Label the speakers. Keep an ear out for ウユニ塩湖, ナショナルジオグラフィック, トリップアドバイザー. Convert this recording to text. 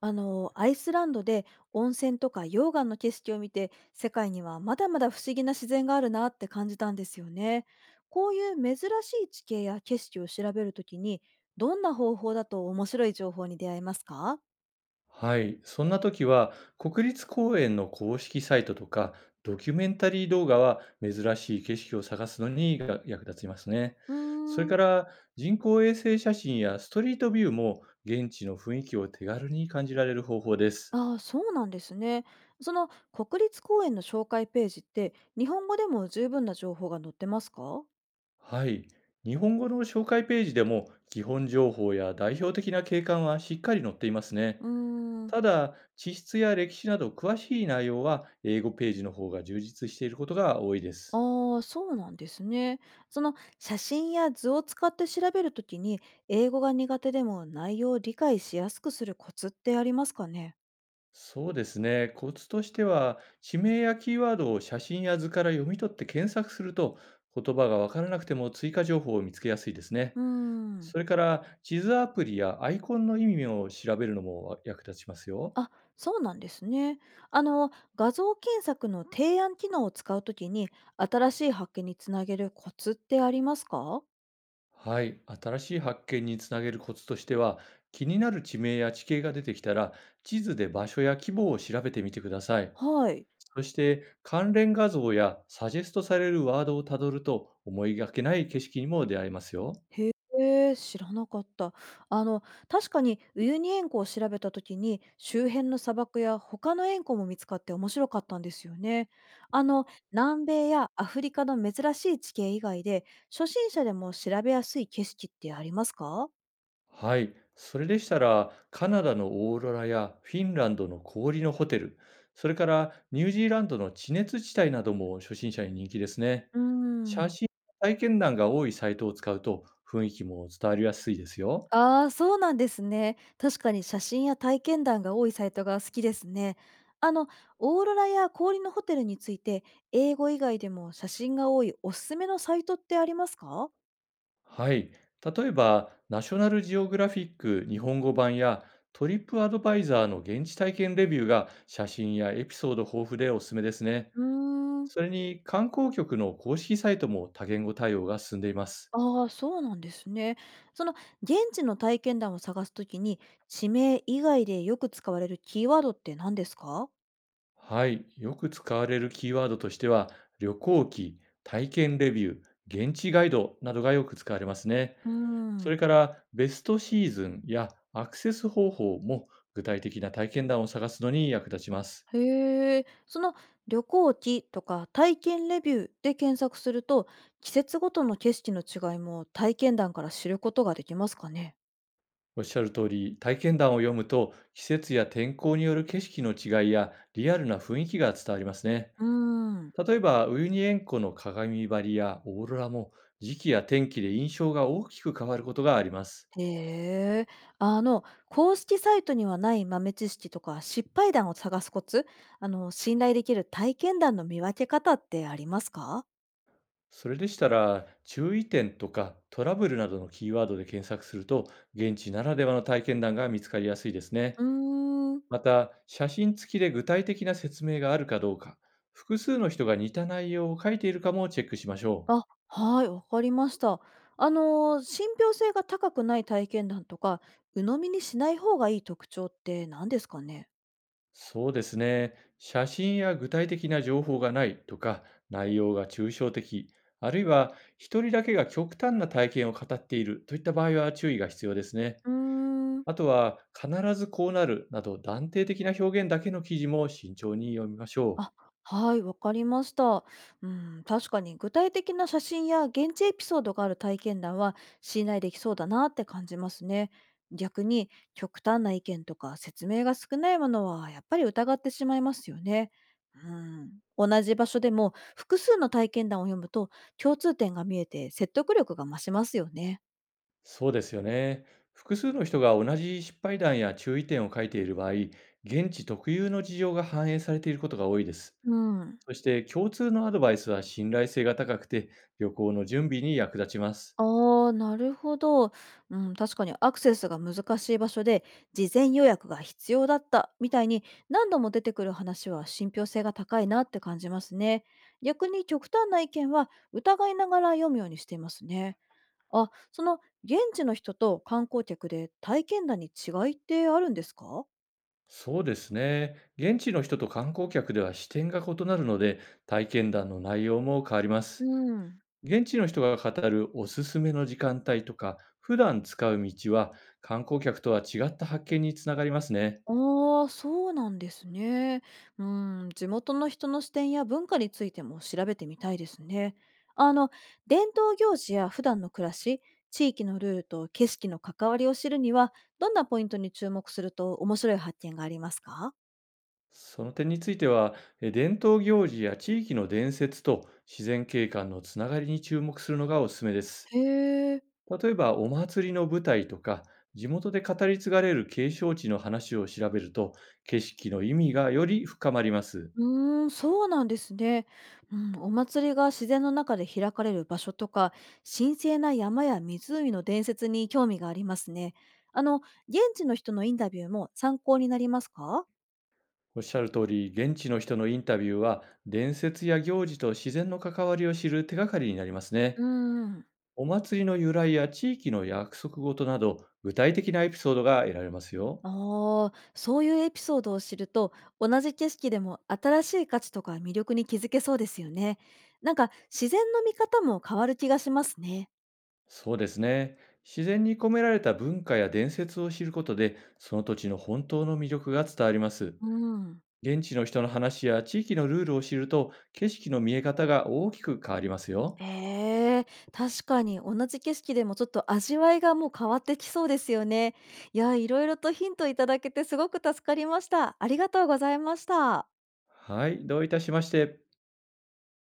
Speaker 1: アイスランドで温泉とか溶岩の景色を見て、世界にはまだまだ不思議な自然があるなって感じたんですよね。こういう珍しい地形や景色を調べるときに、どんな方法だと面白い情報に出会えますか？
Speaker 2: はい、そんな時は国立公園の公式サイトとかドキュメンタリー動画は珍しい景色を探すのにが役立ちますね。
Speaker 1: うー
Speaker 2: それ
Speaker 1: ん、
Speaker 2: から、人工衛星写真やストリートビューも現地の雰囲気を手軽に感じられる方法です。
Speaker 1: ああ、ーそうなんですね。その国立公園の紹介ページって日本語でも十分な情報が載ってますか？
Speaker 2: はい、日本語の紹介ページでも基本情報や代表的な景観はしっかり載っていますね。
Speaker 1: うーん。
Speaker 2: ただ、地質や歴史など詳しい内容は英語ページの方が充実していることが多いです。
Speaker 1: ああ、そうなんですね。その写真や図を使って調べるときに、英語が苦手でも内容を理解しやすくするコツってありますかね？
Speaker 2: そうですね。コツとしては、地名やキーワードを写真や図から読み取って検索すると、言葉がわからなくても追加情報を見つけやすいですね。
Speaker 1: うーん。
Speaker 2: それから、地図アプリやアイコンの意味を調べるのも役立ちますよ。
Speaker 1: あ、そうなんですね。あの、画像検索の提案機能を使うときに、新しい発見につなげるコツってありますか？
Speaker 2: はい。新しい発見につなげるコツとしては、気になる地名や地形が出てきたら、地図で場所や規模を調べてみてください。
Speaker 1: はい。
Speaker 2: そして、関連画像やサジェストされるワードをたどると、思いがけない景色にも出会えますよ。
Speaker 1: へえ、知らなかった。あの、確かにウユニ塩湖を調べた時に、周辺の砂漠や他の塩湖も見つかって面白かったんですよね。あの、南米やアフリカの珍しい地形以外で、初心者でも調べやすい景色ってありますか？
Speaker 2: はい、それでしたら、カナダのオーロラやフィンランドの氷のホテル、それからニュージーランドの地熱地帯なども初心者に人気ですね。
Speaker 1: うー
Speaker 2: 写
Speaker 1: ん。
Speaker 2: 真や体験談が多いサイトを使うと、雰囲気も伝わりやすいですよ。
Speaker 1: ああ、そうなんですね。確かに写真や体験談が多いサイトが好きですね。あの、オーロラや氷のホテルについて、英語以外でも写真が多いおすすめのサイトってありますか？
Speaker 2: はい、例えば、ナショナルジオグラフィック日本語版やトリップアドバイザーの現地体験レビューが写真やエピソード豊富でおすすめですね。
Speaker 1: うーん。
Speaker 2: それに、観光局の公式サイトも多言語対応が進んでいます。
Speaker 1: ああ、そうなんですね。その現地の体験談を探すときに、地名以外でよく使われるキーワードって何ですか？
Speaker 2: はい、よく使われるキーワードとしては、旅行記、体験レビュー、現地ガイドなどがよく使われますね。
Speaker 1: うー
Speaker 2: それ
Speaker 1: ん。
Speaker 2: から、ベストシーズンやアクセス方法も具体的な体験談を探すのに役立ちます。
Speaker 1: へえ。その旅行記とか体験レビューで検索すると、季節ごとの景色の違いも体験談から知ることができますかね？
Speaker 2: おっしゃる通り、体験談を読むと、季節や天候による景色の違いやリアルな雰囲気が伝わりますね。
Speaker 1: うーん。
Speaker 2: 例えば、ウユニ塩湖の鏡張りやオーロラも、時期や天気で印象が大きく変わることがあります。
Speaker 1: へえ。あの、公式サイトにはない豆知識とか失敗談を探すコツ、あの、信頼できる体験談の見分け方ってありますか？
Speaker 2: それでしたら、注意点とかトラブルなどのキーワードで検索すると、現地ならではの体験談が見つかりやすいですね。
Speaker 1: うーん。
Speaker 2: また、写真付きで具体的な説明があるかどうか、複数の人が似た内容を書いているかもチェックしましょう。
Speaker 1: あ、はい、わかりました。信憑性が高くない体験談とか、鵜呑みにしない方がいい特徴って何ですかね？
Speaker 2: そうですね。写真や具体的な情報がないとか、内容が抽象的、あるいは一人だけが極端な体験を語っているといった場合は、注意が必要ですね。
Speaker 1: うーん。
Speaker 2: あとは、必ずこうなるなど断定的な表現だけの記事も慎重に読みましょう。
Speaker 1: あ、はい、わかりました。うん、確かに具体的な写真や現地エピソードがある体験談は信頼できそうだなって感じますね。逆に極端な意見とか説明が少ないものはやっぱり疑ってしまいますよね。うん、同じ場所でも複数の体験談を読むと、共通点が見えて説得力が増しますよね。
Speaker 2: そうですよね。複数の人が同じ失敗談や注意点を書いている場合、現地特有の事情が反映されていることが多いです。
Speaker 1: うん。
Speaker 2: そして、共通のアドバイスは信頼性が高くて、旅行の準備に役立ちます。
Speaker 1: ああ、なるほど。うん、確かにアクセスが難しい場所で事前予約が必要だったみたいに、何度も出てくる話は信憑性が高いなって感じますね。逆に極端な意見は疑いながら読むようにしていますね。あ、その現地の人と観光客で体験談に違いってあるんですか？
Speaker 2: そうですね。現地の人と観光客では視点が異なるので、体験談の内容も変わりま
Speaker 1: う
Speaker 2: す。
Speaker 1: ん。
Speaker 2: 現地の人が語るおすすめの時間帯とか、普段使う道は、観光客とは違った発見につながりますね。
Speaker 1: ああ、そうなんですね。うん、地元の人の視点や文化についても調べてみたいですね。あの、伝統行事や普段の暮らし、地域のルールと景色の関わりを知るには、どんなポイントに注目すると面白い発見がありますか？
Speaker 2: その点については、伝統行事や地域の伝説と自然景観のつながりに注目するのがおすすめです。
Speaker 1: へえ。
Speaker 2: 例えば、お祭りの舞台とか、地元で語り継がれる景勝地の話を調べると、景色の意味がより深まります。
Speaker 1: うーん、そうなんですね。うん、お祭りが自然の中で開かれる場所とか、神聖な山や湖の伝説に興味がありますね。あの、現地の人のインタビューも参考になりますか？
Speaker 2: おっしゃる通り、現地の人のインタビューは、伝説や行事と自然の関わりを知る手がかりになります
Speaker 1: う
Speaker 2: ね。
Speaker 1: ーん。
Speaker 2: お祭りの由来や地域の約束事など、具体的なエピソードが得られますよ。
Speaker 1: ああ、そういうエピソードを知ると、同じ景色でも新しい価値とか魅力に気づけそうですよね。なんか、自然の見方も変わる気がしますね。
Speaker 2: そうですね。自然に込められた文化や伝説を知ることで、その土地の本当の魅力が伝わります。
Speaker 1: うん。
Speaker 2: 現地の人の話や地域のルールを知ると、景色の見え方が大きく変わりますよ。
Speaker 1: へえ、確かに同じ景色でもちょっと味わいがもう変わってきそうですよね。いや、いろいろとヒントいただけてすごく助かりました。ありがとうございました。
Speaker 2: はい、どういたしまして。